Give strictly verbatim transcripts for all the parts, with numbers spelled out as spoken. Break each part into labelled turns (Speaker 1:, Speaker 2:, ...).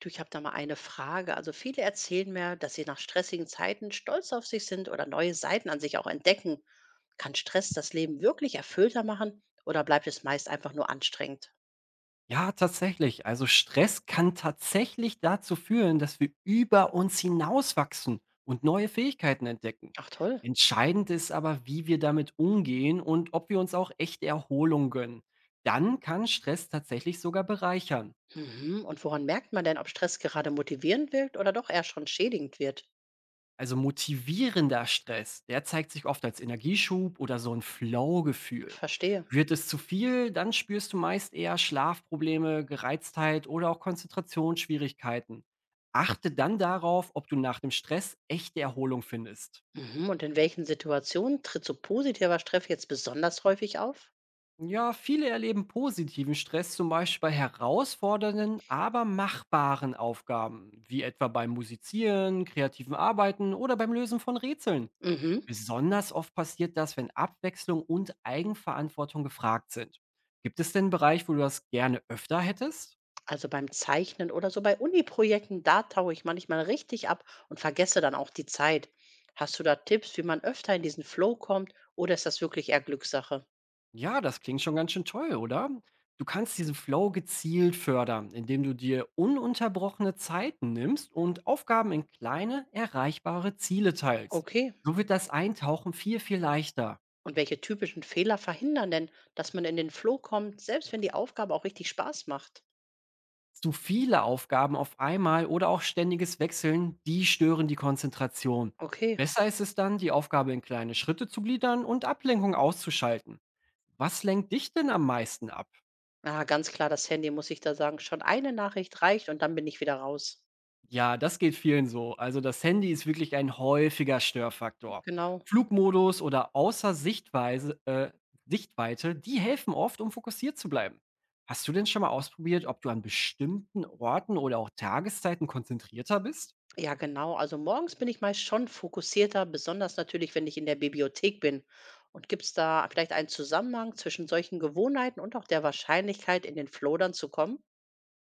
Speaker 1: Du, ich habe da mal eine Frage. Also viele erzählen mir, dass sie nach stressigen Zeiten stolz auf sich sind oder neue Seiten an sich auch entdecken. Kann Stress das Leben wirklich erfüllter machen oder bleibt es meist einfach nur anstrengend?
Speaker 2: Ja, tatsächlich. Also Stress kann tatsächlich dazu führen, dass wir über uns hinauswachsen und neue Fähigkeiten entdecken.
Speaker 1: Ach toll.
Speaker 2: Entscheidend ist aber, wie wir damit umgehen und ob wir uns auch echte Erholung gönnen. Dann kann Stress tatsächlich sogar bereichern.
Speaker 1: Mhm. Und woran merkt man denn, ob Stress gerade motivierend wirkt oder doch eher schon schädigend wird?
Speaker 2: Also motivierender Stress, der zeigt sich oft als Energieschub oder so ein Flow-Gefühl.
Speaker 1: Verstehe.
Speaker 2: Wird es zu viel, dann spürst du meist eher Schlafprobleme, Gereiztheit oder auch Konzentrationsschwierigkeiten. Achte dann darauf, ob du nach dem Stress echte Erholung findest.
Speaker 1: Mhm. Und in welchen Situationen tritt so positiver Stress jetzt besonders häufig auf?
Speaker 2: Ja, viele erleben positiven Stress zum Beispiel bei herausfordernden, aber machbaren Aufgaben, wie etwa beim Musizieren, kreativen Arbeiten oder beim Lösen von Rätseln.
Speaker 1: Mhm.
Speaker 2: Besonders oft passiert das, wenn Abwechslung und Eigenverantwortung gefragt sind. Gibt es denn einen Bereich, wo du das gerne öfter hättest?
Speaker 1: Also beim Zeichnen oder so bei Uni-Projekten, da taue ich manchmal richtig ab und vergesse dann auch die Zeit. Hast du da Tipps, wie man öfter in diesen Flow kommt oder ist das wirklich eher Glückssache?
Speaker 2: Ja, das klingt schon ganz schön toll, oder? Du kannst diesen Flow gezielt fördern, indem du dir ununterbrochene Zeiten nimmst und Aufgaben in kleine, erreichbare Ziele teilst.
Speaker 1: Okay.
Speaker 2: So wird das Eintauchen viel, viel leichter.
Speaker 1: Und welche typischen Fehler verhindern denn, dass man in den Flow kommt, selbst wenn die Aufgabe auch richtig Spaß macht?
Speaker 2: Zu viele Aufgaben auf einmal oder auch ständiges Wechseln, die stören die Konzentration.
Speaker 1: Okay.
Speaker 2: Besser ist es dann, die Aufgabe in kleine Schritte zu gliedern und Ablenkung auszuschalten. Was lenkt dich denn am meisten ab?
Speaker 1: Ah, ganz klar, das Handy muss ich da sagen. Schon eine Nachricht reicht und dann bin ich wieder raus.
Speaker 2: Ja, das geht vielen so. Also das Handy ist wirklich ein häufiger Störfaktor.
Speaker 1: Genau.
Speaker 2: Flugmodus oder außer Sichtweise, äh, Sichtweite, die helfen oft, um fokussiert zu bleiben. Hast du denn schon mal ausprobiert, ob du an bestimmten Orten oder auch Tageszeiten konzentrierter bist?
Speaker 1: Ja, genau. Also morgens bin ich meist schon fokussierter, besonders natürlich, wenn ich in der Bibliothek bin. Und gibt es da vielleicht einen Zusammenhang zwischen solchen Gewohnheiten und auch der Wahrscheinlichkeit, in den Flow dann zu kommen?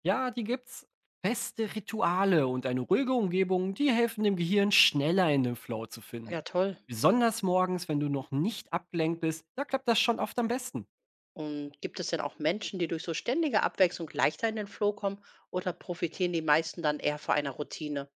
Speaker 2: Ja, die gibt's. Feste Rituale und eine ruhige Umgebung, die helfen dem Gehirn schneller in den Flow zu
Speaker 1: Ja,
Speaker 2: finden.
Speaker 1: toll.
Speaker 2: Besonders morgens, wenn du noch nicht abgelenkt bist, da klappt das schon oft am besten.
Speaker 1: Und gibt es denn auch Menschen, die durch so ständige Abwechslung leichter in den Flow kommen oder profitieren die meisten dann eher von einer Routine?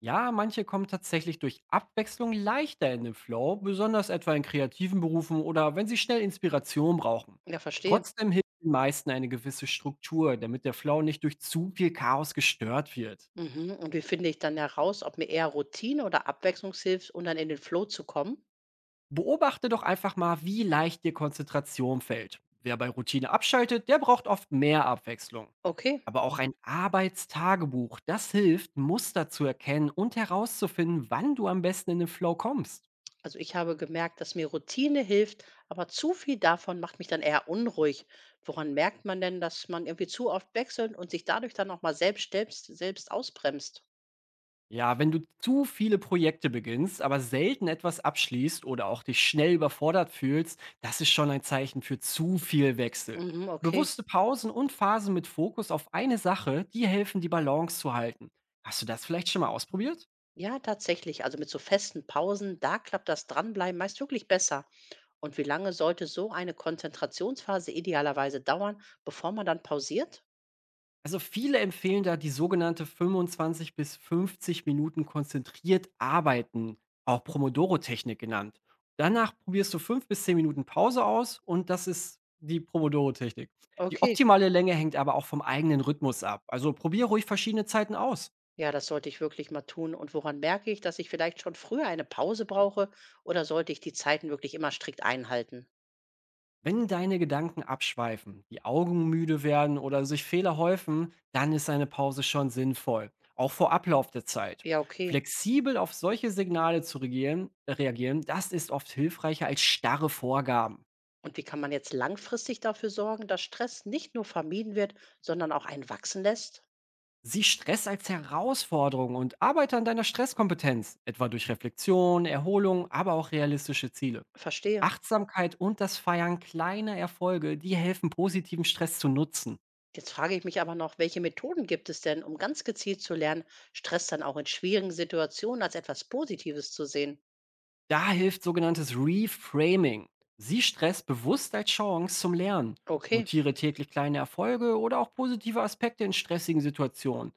Speaker 2: Ja, manche kommen tatsächlich durch Abwechslung leichter in den Flow, besonders etwa in kreativen Berufen oder wenn sie schnell Inspiration brauchen.
Speaker 1: Ja, verstehe.
Speaker 2: Trotzdem hilft den meisten eine gewisse Struktur, damit der Flow nicht durch zu viel Chaos gestört wird.
Speaker 1: Mhm. Und wie finde ich dann heraus, ob mir eher Routine oder Abwechslung hilft, um dann in den Flow zu kommen?
Speaker 2: Beobachte doch einfach mal, wie leicht dir Konzentration fällt. Wer bei Routine abschaltet, der braucht oft mehr Abwechslung.
Speaker 1: Okay.
Speaker 2: Aber auch ein Arbeitstagebuch, das hilft, Muster zu erkennen und herauszufinden, wann du am besten in den Flow kommst.
Speaker 1: Also ich habe gemerkt, dass mir Routine hilft, aber zu viel davon macht mich dann eher unruhig. Woran merkt man denn, dass man irgendwie zu oft wechselt und sich dadurch dann auch mal selbst, selbst, selbst ausbremst?
Speaker 2: Ja, wenn du zu viele Projekte beginnst, aber selten etwas abschließt oder auch dich schnell überfordert fühlst, das ist schon ein Zeichen für zu viel Wechsel.
Speaker 1: Mhm, okay.
Speaker 2: Bewusste Pausen und Phasen mit Fokus auf eine Sache, die helfen, die Balance zu halten. Hast du das vielleicht schon mal ausprobiert?
Speaker 1: Ja, tatsächlich. Also mit so festen Pausen, da klappt das Dranbleiben meist wirklich besser. Und wie lange sollte so eine Konzentrationsphase idealerweise dauern, bevor man dann pausiert?
Speaker 2: Also viele empfehlen da die sogenannte fünfundzwanzig bis fünfzig Minuten konzentriert arbeiten, auch Pomodoro-Technik genannt. Danach probierst du fünf bis zehn Minuten Pause aus und das ist die Pomodoro-Technik. Die
Speaker 1: Okay.
Speaker 2: optimale Länge hängt aber auch vom eigenen Rhythmus ab. Also probier ruhig verschiedene Zeiten aus.
Speaker 1: Ja, das sollte ich wirklich mal tun. Und woran merke ich, dass ich vielleicht schon früher eine Pause brauche oder sollte ich die Zeiten wirklich immer strikt einhalten?
Speaker 2: Wenn deine Gedanken abschweifen, die Augen müde werden oder sich Fehler häufen, dann ist eine Pause schon sinnvoll, auch vor Ablauf der Zeit.
Speaker 1: Ja, okay.
Speaker 2: Flexibel auf solche Signale zu regieren, äh, reagieren, das ist oft hilfreicher als starre Vorgaben.
Speaker 1: Und wie kann man jetzt langfristig dafür sorgen, dass Stress nicht nur vermieden wird, sondern auch einen wachsen lässt?
Speaker 2: Sieh Stress als Herausforderung und arbeite an deiner Stresskompetenz, etwa durch Reflexion, Erholung, aber auch realistische Ziele.
Speaker 1: Verstehe.
Speaker 2: Achtsamkeit und das Feiern kleiner Erfolge, die helfen, positiven Stress zu nutzen.
Speaker 1: Jetzt frage ich mich aber noch, welche Methoden gibt es denn, um ganz gezielt zu lernen, Stress dann auch in schwierigen Situationen als etwas Positives zu sehen?
Speaker 2: Da hilft sogenanntes Reframing. Sieh Stress bewusst als Chance zum Lernen.
Speaker 1: Okay.
Speaker 2: Notiere täglich kleine Erfolge oder auch positive Aspekte in stressigen Situationen.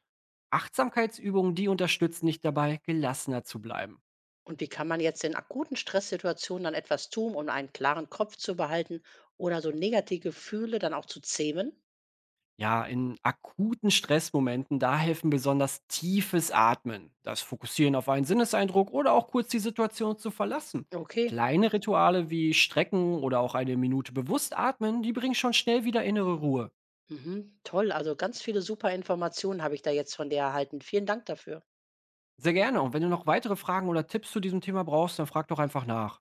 Speaker 2: Achtsamkeitsübungen, die unterstützen dich dabei, gelassener zu bleiben.
Speaker 1: Und wie kann man jetzt in akuten Stresssituationen dann etwas tun, um einen klaren Kopf zu behalten oder so negative Gefühle dann auch zu zähmen?
Speaker 2: Ja, in akuten Stressmomenten, da helfen besonders tiefes Atmen, das Fokussieren auf einen Sinneseindruck oder auch kurz die Situation zu verlassen.
Speaker 1: Okay.
Speaker 2: Kleine Rituale wie Strecken oder auch eine Minute bewusst atmen, die bringen schon schnell wieder innere Ruhe.
Speaker 1: Mhm. Toll. Also ganz viele super Informationen habe ich da jetzt von dir erhalten. Vielen Dank dafür.
Speaker 2: Sehr gerne und wenn du noch weitere Fragen oder Tipps zu diesem Thema brauchst, dann frag doch einfach nach.